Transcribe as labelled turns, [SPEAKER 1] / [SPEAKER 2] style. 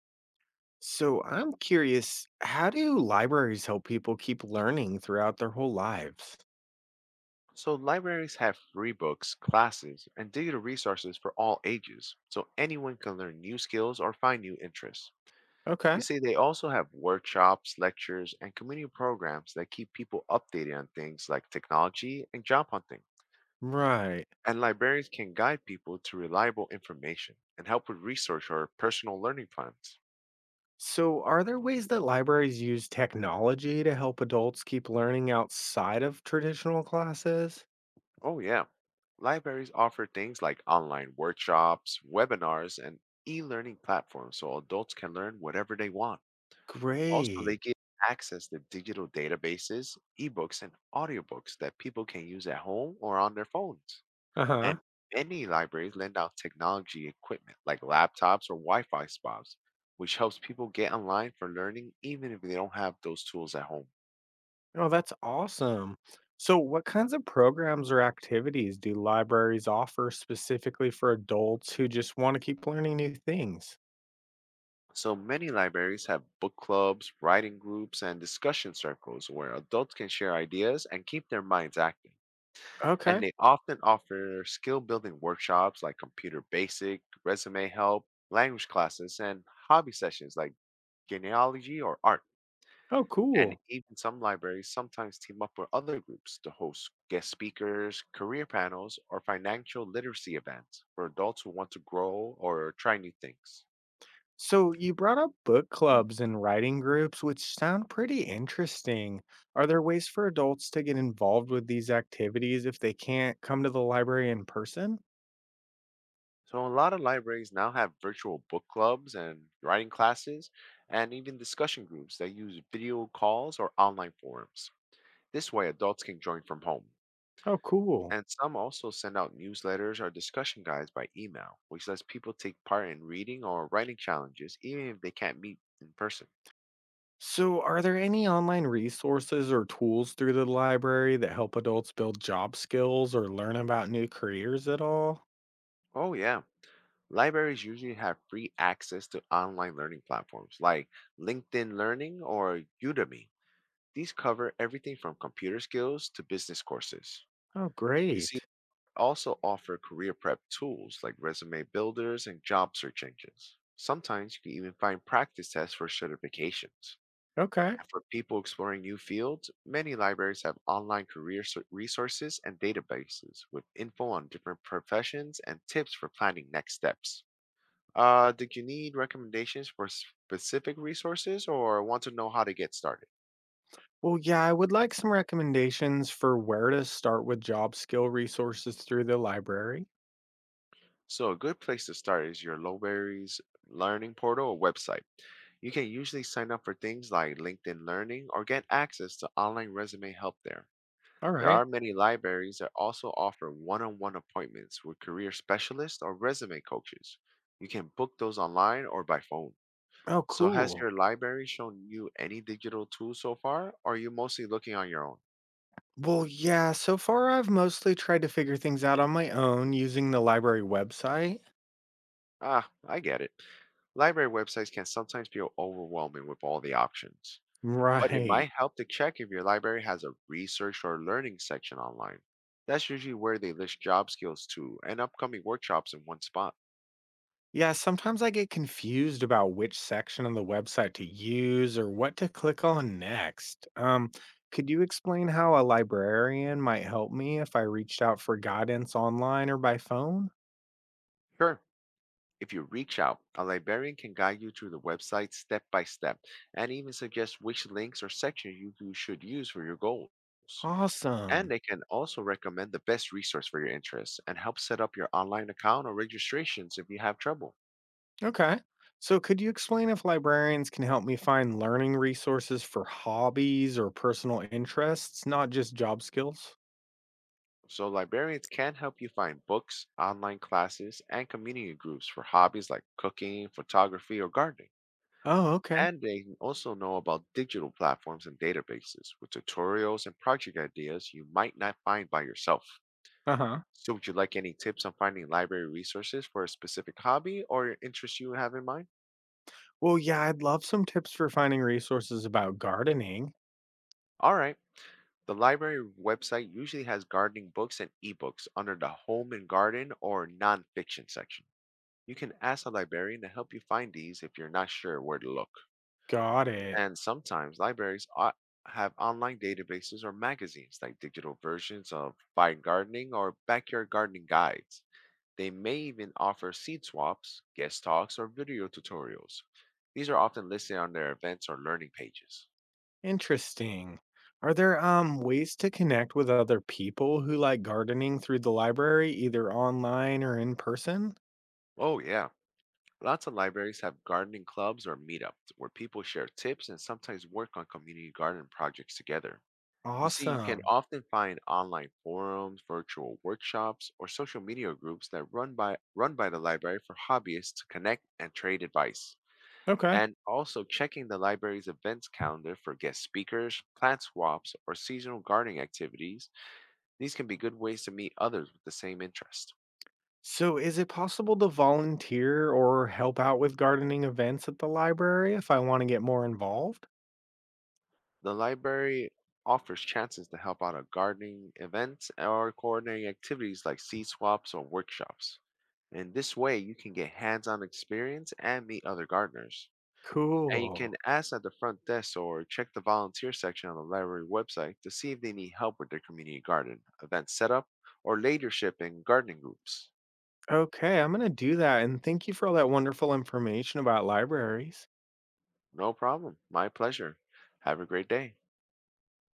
[SPEAKER 1] So I'm curious, how do libraries help people keep learning throughout their whole lives?
[SPEAKER 2] So, libraries have free books, classes, and digital resources for all ages, so anyone can learn new skills or find new interests. You
[SPEAKER 1] Okay.
[SPEAKER 2] see, they also have workshops, lectures, and community programs that keep people updated on things like technology and job hunting.
[SPEAKER 1] Right.
[SPEAKER 2] And librarians can guide people to reliable information and help with research or personal learning plans.
[SPEAKER 1] So are there ways that libraries use technology to help adults keep learning outside of traditional classes?
[SPEAKER 2] Oh, yeah. Libraries offer things like online workshops, webinars, and e learning platforms so adults can learn whatever they want. Also, they
[SPEAKER 1] Great.
[SPEAKER 2] give access to digital databases, ebooks, and audiobooks that people can use at home or on their phones.
[SPEAKER 1] Uh-huh.
[SPEAKER 2] And many libraries lend out technology equipment like laptops or Wi Fi spots, which helps people get online for learning even if they don't have those tools at home.
[SPEAKER 1] Oh, that's awesome. So what kinds of programs or activities do libraries offer specifically for adults who just want to keep learning new things?
[SPEAKER 2] So many libraries have book clubs, writing groups, and discussion circles where adults can share ideas and keep their minds active. And
[SPEAKER 1] Okay.
[SPEAKER 2] they often offer skill building workshops like computer basic, resume help, language classes, and hobby sessions like genealogy or art.
[SPEAKER 1] Oh,
[SPEAKER 2] And
[SPEAKER 1] cool.
[SPEAKER 2] even some libraries sometimes team up with other groups to host guest speakers, career panels, or financial literacy events for adults who want to grow or try new things.
[SPEAKER 1] So you brought up book clubs and writing groups, which sound pretty interesting. Are there ways for adults to get involved with these activities if they can't come to the library in person?
[SPEAKER 2] So, a lot of libraries now have virtual book clubs and writing classes, and even discussion groups that use video calls or online forums. This way, adults can join from home.
[SPEAKER 1] Oh, cool.
[SPEAKER 2] And some also send out newsletters or discussion guides by email, which lets people take part in reading or writing challenges, even if they can't meet in person.
[SPEAKER 1] So, are there any online resources or tools through the library that help adults build job skills or learn about new careers at all?
[SPEAKER 2] Oh, yeah. Libraries usually have free access to online learning platforms like LinkedIn Learning or Udemy. These cover everything from computer skills to business courses.
[SPEAKER 1] Oh,
[SPEAKER 2] You see,
[SPEAKER 1] great.
[SPEAKER 2] they also offer career prep tools like resume builders and job search engines. Sometimes you can even find practice tests for certifications.
[SPEAKER 1] Okay.
[SPEAKER 2] And for people exploring new fields, many libraries have online resources and databases with info on different professions and tips for planning next steps. Did you need recommendations for specific resources or want to know how to get started?
[SPEAKER 1] Well, yeah, I would like some recommendations for where to start with job skill resources through the library.
[SPEAKER 2] So, a good place to start is your library's Learning Portal or website. You can usually sign up for things like LinkedIn Learning or get access to online resume help there.
[SPEAKER 1] All
[SPEAKER 2] There
[SPEAKER 1] right.
[SPEAKER 2] are many libraries that also offer one on one appointments with career specialists or resume coaches. You can book those online or by phone.
[SPEAKER 1] Oh,
[SPEAKER 2] So, has
[SPEAKER 1] cool.
[SPEAKER 2] your library shown you any digital tools so far, or are you mostly looking on your own?
[SPEAKER 1] Well, yeah, so far I've mostly tried to figure things out on my own using the library website.
[SPEAKER 2] Ah, I get it. Library websites can sometimes feel overwhelming with all the options, but it
[SPEAKER 1] Right.
[SPEAKER 2] might help to check if your library has a research or learning section online. That's usually where they list job skills too and upcoming workshops in one spot.
[SPEAKER 1] Yeah, sometimes I get confused about which section of the website to use or what to click on next. Could you explain how a librarian might help me if I reached out for guidance online or by phone?
[SPEAKER 2] Sure. If you reach out, a librarian can guide you through the website step by step and even suggest which links or sections you should use for your goals. And
[SPEAKER 1] Awesome.
[SPEAKER 2] they can also recommend the best resource for your interests and help set up your online account or registrations if you have trouble.
[SPEAKER 1] Okay. So, could you explain if librarians can help me find learning resources for hobbies or personal interests, not just job skills?
[SPEAKER 2] So, librarians can help you find books, online classes, and community groups for hobbies like cooking, photography, or gardening.
[SPEAKER 1] Oh, okay.
[SPEAKER 2] And they can also know about digital platforms and databases with tutorials and project ideas you might not find by yourself.
[SPEAKER 1] Uh-huh.
[SPEAKER 2] So, would you like any tips on finding library resources for a specific hobby or interest you have in mind?
[SPEAKER 1] Well, yeah, I'd love some tips for finding resources about gardening.
[SPEAKER 2] All right. The library website usually has gardening books and ebooks under the home and garden or nonfiction section. You can ask a librarian to help you find these if you're not sure where to look.
[SPEAKER 1] Got it.
[SPEAKER 2] And sometimes have online databases or magazines like digital versions of Fine Gardening or Backyard Gardening Guides. They may even offer seat swaps, guest talks, or video tutorials. These are often listed on their events or learning pages.
[SPEAKER 1] Interesting. Are there ways to connect with other people who like gardening through the library, either online or in person?
[SPEAKER 2] Oh, yeah. Lots of libraries have gardening clubs or meetups where people share tips and sometimes work on community garden projects together. You see, you can
[SPEAKER 1] Awesome.
[SPEAKER 2] often find online forums, virtual workshops, or social media groups that run by the library for hobbyists to connect and trade advice.
[SPEAKER 1] Okay.
[SPEAKER 2] And also checking the library's events calendar for guest speakers, plant swaps, or seasonal gardening activities. These can be good ways to meet others with the same interest.
[SPEAKER 1] So, is it possible to volunteer or help out with gardening events at the library if I want to get more involved?
[SPEAKER 2] The library offers chances to help out at gardening events or coordinating activities like seed swaps or workshops. In this way, you can get hands on experience and meet other gardeners. And you
[SPEAKER 1] Cool.
[SPEAKER 2] can ask at the front desk or check the volunteer section on the library website to see if they need help with their community garden, event setup, or leadership in gardening groups.
[SPEAKER 1] Okay, I'm going to do that. And thank you for all that wonderful information about libraries.
[SPEAKER 2] No problem. My pleasure. Have a great day.